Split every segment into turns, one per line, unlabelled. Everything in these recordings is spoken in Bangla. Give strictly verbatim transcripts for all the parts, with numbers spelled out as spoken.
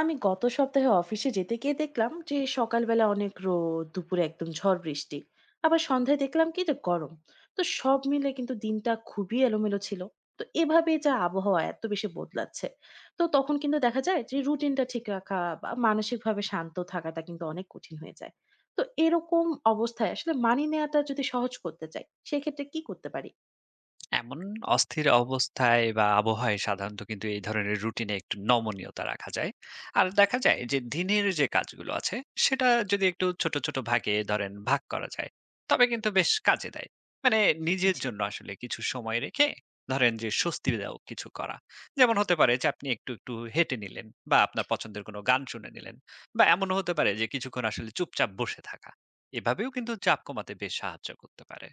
আমি গত সপ্তাহে অফিসে যেতে গিয়ে দেখলাম যে সকালবেলা অনেক রোদ, দুপুরে একদম ঝড় বৃষ্টি, আবার সন্ধ্যায় দেখলাম কি যে গরম। তো সব মিলে কিন্তু দিনটা খুবই এলোমেলো ছিল। তো এভাবে যা আবহাওয়া এত বেশি বদলাচ্ছে, তো তখন কিন্তু দেখা যায় যে রুটিনটা ঠিক রাখা বা মানসিকভাবে শান্ত থাকাটা কিন্তু অনেক কঠিন হয়ে যায়। তো এরকম অবস্থায় আসলে মানিয়ে নেওয়াটা যদি সহজ করতে চাই, সেক্ষেত্রে কি করতে পারি?
এমন অস্থির অবস্থায় বা আবহাওয়ায় সাধারণত কিন্তু এই ধরনের রুটিনে একটু নমনীয়তা রাখা যায়। আর দেখা যায় যে দিনের যে কাজগুলো আছে সেটা যদি একটু ছোট ছোট ভাগে ধরেন ভাগ করা যায়, তবে কিন্তু বেশ কাজে দেয়। মানে নিজের
জি,
জন্য আসলে কিছু সময় রেখে ধরেন যে স্বস্তি দাও কিছু করা। যেমন হতে পারে যে আপনি একটু একটু হেঁটে নিলেন বা আপনার পছন্দের কোনো গান শুনে নিলেন, বা এমনও হতে পারে যে কিছুক্ষণ আসলে চুপচাপ বসে থাকা। এভাবেও কিন্তু চাপ কমাতে বেশ সাহায্য করতে পারে।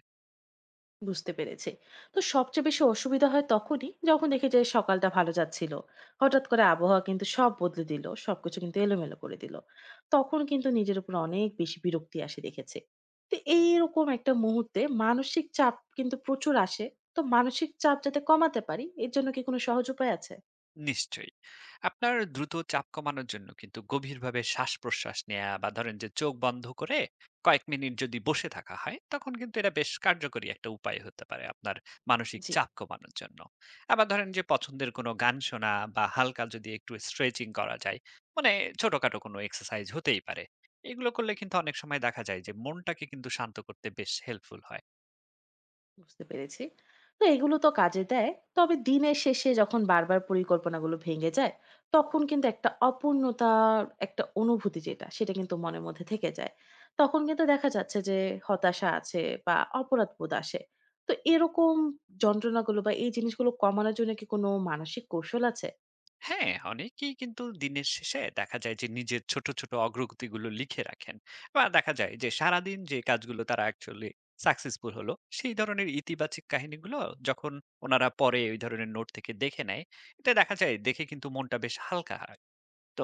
বুঝতে পেরেছি। তো সবচেয়ে বেশি অসুবিধা হয় তখনই, যখন দেখি যে সকালটা ভালো যাচ্ছিল, হঠাৎ করে আবহাওয়া কিন্তু সব বদলে দিল, সবকিছু কিন্তু এলোমেলো করে দিল। তখন কিন্তু নিজের উপর অনেক বেশি বিরক্তি আসে দেখেছে। তো এইরকম একটা মুহূর্তে মানসিক চাপ কিন্তু প্রচুর আসে। তো মানসিক চাপ যাতে কমাতে পারি, এর জন্য কি কোনো সহজ উপায় আছে?
নিশ্চয়ই। আপনার দ্রুত চাপ কমানোর জন্য কিন্তু গভীরভাবে শ্বাস-প্রশ্বাস নেয়া বা ধরেন যে চোখ বন্ধ করে কয়েক মিনিট যদি বসে থাকা হয়, তখন কিন্তু এটা বেশ কার্যকরী একটা উপায় হতে পারে আপনার মানসিক
জি,
চাপ কমানোর জন্য। আবার ধরেন যে পছন্দের কোনো গান শোনা বা হালকা যদি একটু স্ট্রেচিং করা যায়, মানে ছোটখাটো কোনো এক্সারসাইজ হতেই পারে। এগুলো করলে কিন্তু অনেক সময় দেখা যায় যে মনটাকে কিন্তু শান্ত করতে বেশ হেল্পফুল হয়।
বুঝতে পেরেছি। তো এগুলো তো কাজে দেয়। তবে দিনের শেষে যখন বারবার পরিকল্পনাগুলো ভেঙে যায়, তখন কিন্তু একটা অপূর্ণতার একটা অনুভূতি যেটা, সেটা কিন্তু মনের মধ্যে থেকে যায়। তখন কিন্তু দেখা যাচ্ছে যে হতাশা আছে বা অপরাধবোধ আসে। তো এরকম যন্ত্রণাগুলো বা এই জিনিসগুলো কমানোর জন্য কি কোনো মানসিক কৌশল আছে?
হ্যাঁ, অনেকেই কিন্তু দিনের শেষে দেখা যায় যে নিজের ছোট, ছোট অগ্রগতিগুলো লিখে রাখেন। বা দেখা যায় যে সারাদিন যে কাজগুলো তারা অ্যাকচুয়ালি সাকসেসফুল হলো, সেই ধরনের ইতিবাচক কাহিনীগুলো যখন উনারা পরে ওই ধরনের নোট থেকে দেখে নেয়, এটা দেখা যায় দেখে কিন্তু মনটা বেশ হালকা হয়। তো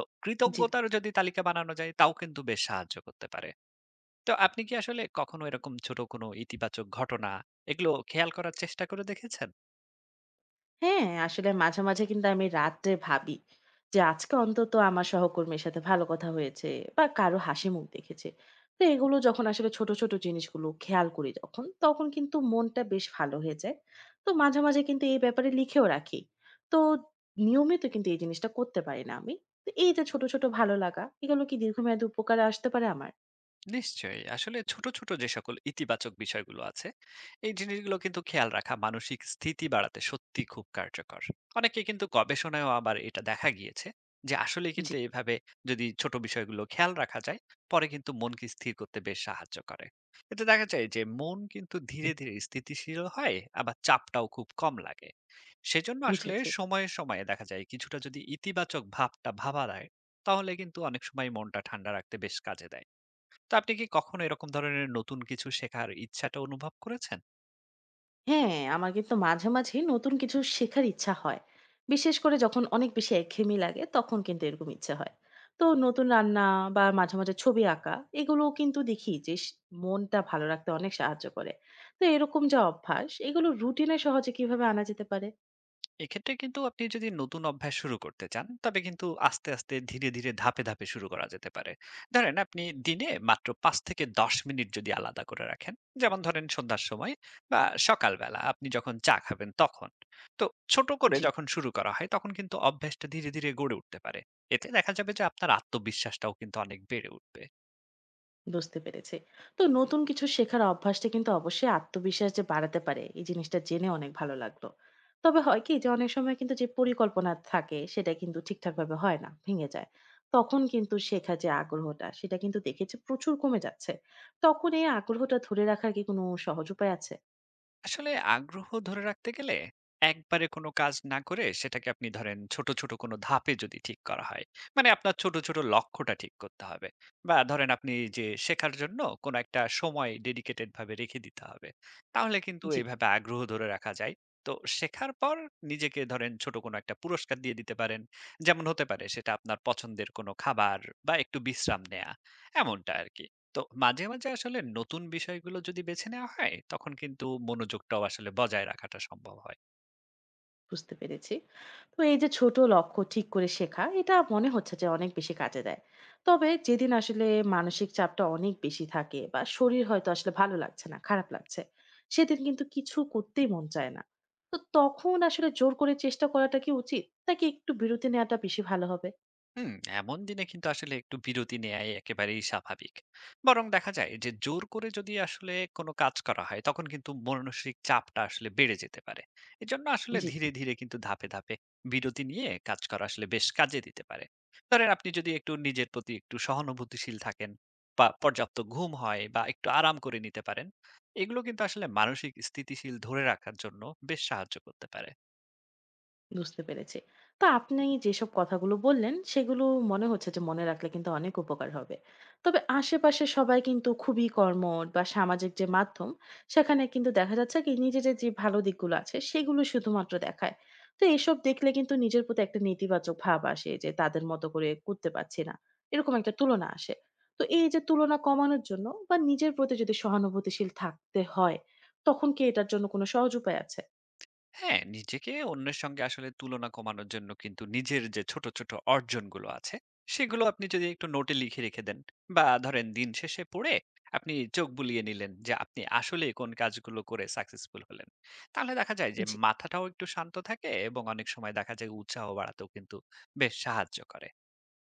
জি।
কৃতজ্ঞতার যদি তালিকা বানানো যায় তাও কিন্তু বেশ সাহায্য করতে পারে। তো আপনি কি আসলে কখনো এরকম ছোট কোনো ইতিবাচক ঘটনা এগুলো খেয়াল করার চেষ্টা করে দেখেছেন?
হ্যাঁ, আসলে মাঝে, মাঝে কিন্তু আমি রাত্রে ভাবি যে আজকে অন্তত আমার সহকর্মীর সাথে ভালো কথা হয়েছে বা কারো হাসি মুখ দেখেছে। তো এগুলো যখন আসলে ছোট, ছোট জিনিসগুলো খেয়াল করি যখন, তখন কিন্তু মনটা বেশ ভালো হয়ে যায়। তো মাঝে, মাঝে কিন্তু এই ব্যাপারে লিখেও রাখি। তো নিয়মিত কিন্তু এই জিনিসটা করতে পারি না আমি। তো এই যে ছোট, ছোট ভালো লাগা এগুলো কি দীর্ঘমেয়াদী উপকারে আসতে পারে আমার?
নিশ্চয়ই। আসলে ছোট, ছোট যে সকল ইতিবাচক বিষয়গুলো আছে, এই জিনিসগুলো কিন্তু খেয়াল রাখা মানসিক স্থিতি বাড়াতে সত্যি খুব কার্যকর। অনেকে কিন্তু গবেষণায়ও আবার এটা দেখা গিয়েছে যে আসলে
জি,
কিন্তু এভাবে যদি ছোট বিষয়গুলো খেয়াল রাখা যায়, পরে কিন্তু মনকে স্থির করতে বেশ সাহায্য করে। এতে দেখা যায় যে মন কিন্তু ধীরে, ধীরে স্থিতিশীল হয়, আবার চাপটাও খুব কম লাগে। সেজন্য আসলে
বুঝেছি।
সময়ে, সময়ে দেখা যায় কিছুটা যদি ইতিবাচক ভাবটা ভাবা যায়, তাহলে কিন্তু অনেক সময় মনটা ঠান্ডা রাখতে বেশ কাজে দেয়। তো আপনি কি কখনো এরকম ধরনের নতুন কিছু শেখার ইচ্ছাটা অনুভব করেছেন?
হ্যাঁ, আমার কিন্তু মাঝে, মাঝে নতুন কিছু শেখার ইচ্ছা হয়। বিশেষ করে যখন অনেক বেশি একঘেয়েমি লাগে, তখন কিন্তু এরকম ইচ্ছে হয়। তো নতুন রান্না বা মাঝে, মাঝে ছবি আঁকা এগুলোও কিন্তু দেখি যে স মনটা ভালো রাখতে অনেক সাহায্য করে। তো এরকম যা অভ্যাস এগুলো রুটিনে সহজে কিভাবে আনা যেতে পারে?
এক্ষেত্রে কিন্তু আপনি যদি নতুন অভ্যাস শুরু করতে চান, তবে কিন্তু আস্তে, আস্তে ধীরে, ধীরে ধাপে, ধাপে শুরু করা যেতে পারে। ধরেন আপনি দিনে মাত্র পাঁচ থেকে দশ মিনিট যদি আলাদা করে রাখেন, যেমন ধরেন সন্ধ্যার সময় বা সকালবেলা আপনি যখন চা খাবেন তখন। তো ছোট করে
জি।
যখন শুরু করা হয় তখন কিন্তু অভ্যাসটা ধীরে, ধীরে গড়ে উঠতে পারে। এতে দেখা যাবে যে আপনার আত্মবিশ্বাসটাও কিন্তু অনেক বেড়ে উঠবে।
বুঝতে পেরেছি। তো নতুন কিছু শেখার অভ্যাসটা কিন্তু অবশ্যই আত্মবিশ্বাস যে বাড়াতে পারে, এই জিনিসটা জেনে অনেক ভালো লাগলো। তবে হয় কি যে অনেক সময় কিন্তু যে পরিকল্পনা থাকে সেটা কিন্তু ঠিকঠাকভাবে হয় না, ভেঙে যায়। তখন কিন্তু শেখার যে আগ্রহটা সেটা কিন্তু দেখেছি প্রচুর কমে যাচ্ছে। তখন এই আগ্রহটা ধরে রাখার কি কোনো সহজ উপায় আছে?
আসলে আগ্রহ ধরে রাখতে গেলে একবারে কোনো কাজ না করে সেটাকে আপনি ধরেন ছোট ছোট কোনো ধাপে যদি ঠিক করা হয়, মানে আপনার ছোট ছোট লক্ষ্যটা ঠিক করতে হবে, বা ধরেন আপনি যে শেখার জন্য কোনো একটা সময় ডেডিকেটেড ভাবে রেখে দিতে হবে, তাহলে কিন্তু
জি।
এইভাবে আগ্রহ ধরে রাখা যায়। তো শেখার পর নিজেকে ধরেন ছোট কোনো একটা পুরস্কার দিয়ে দিতে পারেন, যেমন হতে পারে সেটা আপনার পছন্দের কোনো খাবার বা একটু বিশ্রাম নেয়া, এমনটা আর কি। তো মাঝে, মাঝে আসলে নতুন বিষয়গুলো যদি বেছে নেওয়া হয়, তখন কিন্তু মনোযোগটাও আসলে বজায় রাখাটা সম্ভব হয়।
বুঝতে পেরেছি। তো এই যে ছোট লক্ষ্য ঠিক করে শেখা, এটা মনে হচ্ছে যে অনেক বেশি কাজে দেয়। তবে যেদিন আসলে মানসিক চাপটা অনেক বেশি থাকে বা শরীর হয়তো আসলে ভালো লাগছে না, খারাপ লাগছে, সেদিন কিন্তু কিছু করতেই মন চায় না। তো তখন আসলে জোর করে চেষ্টা করাটা কি উচিত, নাকি একটু বিরতি নেওয়াটা বেশি ভালো হবে?
হুম। এমন দিনে কিন্তু আসলে একটু বিরতি নেয়াই একেবারেই স্বাভাবিক। বরং দেখা যায় যে জোর করে যদি আসলে কোনো কাজ করা হয় তখন কিন্তু মানসিক চাপটা আসলে বেড়ে যেতে পারে। এজন্য আসলে
জি,
ধীরে ধীরে কিন্তু ধাপে ধাপে বিরতি নিয়ে কাজ করা আসলে বেশ কাজে দিতে পারে। ধরেন আপনি যদি একটু নিজের প্রতি একটু সহানুভূতিশীল থাকেন বা পর্যাপ্ত ঘুম হয় বা একটু আরাম করে নিতে পারেন, এগুলো কিন্তু আসলে মানসিক স্থিতিশীল ধরে রাখার জন্য বেশ সাহায্য করতে পারে।
বুঝতে পেরেছি। তো আপনি যেসব কথাগুলো বললেন সেগুলো মনে হচ্ছে যে মনে রাখলে কিন্তু অনেক উপকার হবে। তবে আশেপাশে সবাই কিন্তু খুবই কর্মঠ বা সামাজিক যে মাধ্যম, সেখানে কিন্তু দেখা যাচ্ছে কি নিজেদের যে ভালো দিকগুলো আছে সেগুলো শুধুমাত্র দেখায়। তো এসব দেখলে কিন্তু নিজের প্রতি একটা নেতিবাচক ভাব আসে যে তাদের মতো করে করতে পারছি না। এরকম একটা তুলনা আসে। তো এই যে তুলনা কমানোর জন্য বা নিজের প্রতি যদি সহানুভূতিশীল থাকতে হয়, তখন কি এটার জন্য কোনো সহজ উপায় আছে?
হ্যাঁ, নিজেকে অন্যের সঙ্গে আসলে তুলনা কমানোর জন্য কিন্তু নিজের যে ছোট, ছোট অর্জনগুলো আছে, সেগুলো আপনি যদি একটু নোটে লিখে রেখে দেন বা ধরেন দিন শেষে পড়ে আপনি চোখ বুলিয়ে নিলেন যে আপনি আসলে কোন কাজগুলো করে সাকসেসফুল হলেন। তাহলে দেখা যায় যে
জি,
মাথাটাও একটু শান্ত থাকে এবং অনেক সময় দেখা যায় উৎসাহ বাড়াতেও কিন্তু বেশ সাহায্য করে।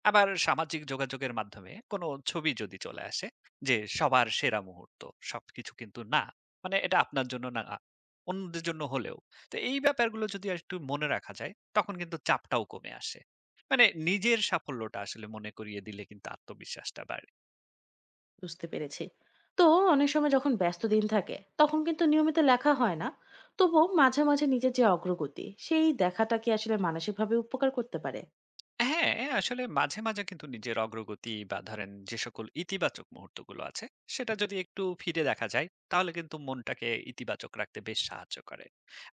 আবার সামাজিক যোগাযোগের মাধ্যমে কোনো ছবি যদি চলে আসে যে সবার সেরা মুহূর্ত, সবকিছু কিন্তু না, মানে এটা আপনার জন্য না, অন্যদের জন্য হলেও। তো এই ব্যাপারগুলো যদি আর একটু মনে রাখা যায় তখন কিন্তু চাপটাও কমে আসে। মানে নিজের সাফল্যটা আসলে মনে করিয়ে দিলে কিন্তু আত্মবিশ্বাসটা বাড়ে।
বুঝতে পেরেছি। তো অনেক সময় যখন ব্যস্ত দিন থাকে, তখন কিন্তু নিয়মিত লেখা হয় না। তবুও মাঝে মাঝে নিজের যে অগ্রগতি, সেই দেখাটা কি আসলে মানসিকভাবে উপকার করতে পারে?
হ্যাঁ, আসলে মাঝে, মাঝে কিন্তু নিজের অগ্রগতি বা ধরেন যে সকল ইতিবাচক মুহূর্তগুলো আছে, সেটা যদি একটু ফিরে দেখা যায়, তাহলে কিন্তু মনটাকে ইতিবাচক রাখতে বেশ সাহায্য করে।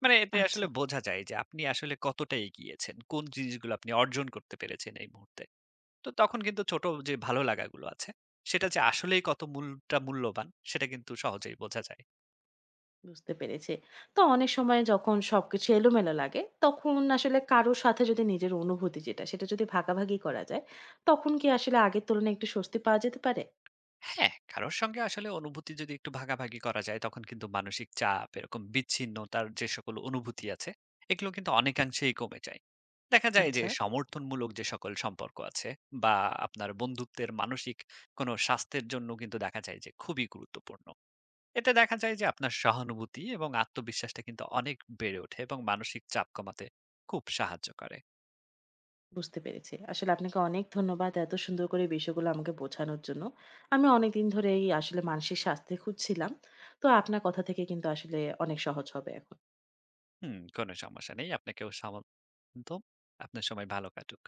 মানে এতে
আচ্ছা,
আসলে বোঝা যায় যে আপনি আসলে কতটা এগিয়েছেন, কোন জিনিসগুলো আপনি অর্জন করতে পেরেছেন এই মুহূর্তে। তো তখন কিন্তু ছোট যে ভালো লাগাগুলো আছে, সেটা যে আসলেই কত মূলটা মূল্যবান, সেটা কিন্তু সহজেই বোঝা যায়।
বুঝতে পেরেছি। তো অনেক সময় যখন সবকিছু এলোমেলো লাগে, তখন আসলে কারোর সাথে যদি নিজের অনুভূতি যেটা, সেটা যদি ভাগাভাগি করা যায়, তখন কি আসলে আগের তুলনায় একটু স্বস্তি পাওয়া যেতে পারে?
হ্যাঁ, কারোর সঙ্গে আসলে অনুভূতি যদি একটু ভাগাভাগি করা যায়, তখন কিন্তু মানসিক চাপ, এরকম বিচ্ছিন্নতার যে সকল অনুভূতি আছে, এগুলো কিন্তু অনেকাংশেই কমে যায়। দেখা যায় যে
আচ্ছা,
সমর্থনমূলক যে সকল সম্পর্ক আছে বা আপনার বন্ধুত্বের মানসিক কোনো স্বাস্থ্যের জন্য কিন্তু দেখা যায় যে খুবই গুরুত্বপূর্ণ। এতে দেখা যায় যে আপনার সহানুভূতি এবং আত্মবিশ্বাসটা কিন্তু অনেক বেড়ে ওঠে এবং মানসিক চাপ কমাতে খুব সাহায্য করে।
বুঝতে পেরেছি। আসলে আপনাকে অনেক ধন্যবাদ এত সুন্দর করে বিষয়গুলো আমাকে বোঝানোর জন্য। আমি অনেকদিন ধরেই আসলে মানসিক স্বাস্থ্য খুঁজছিলাম। তো আপনার কথা থেকে কিন্তু আসলে অনেক সহজ হবে এখন।
হুম, কোনো সমস্যা নেই। আপনাকেও সমর্থন। আপনার সময় ভালো কাটুক।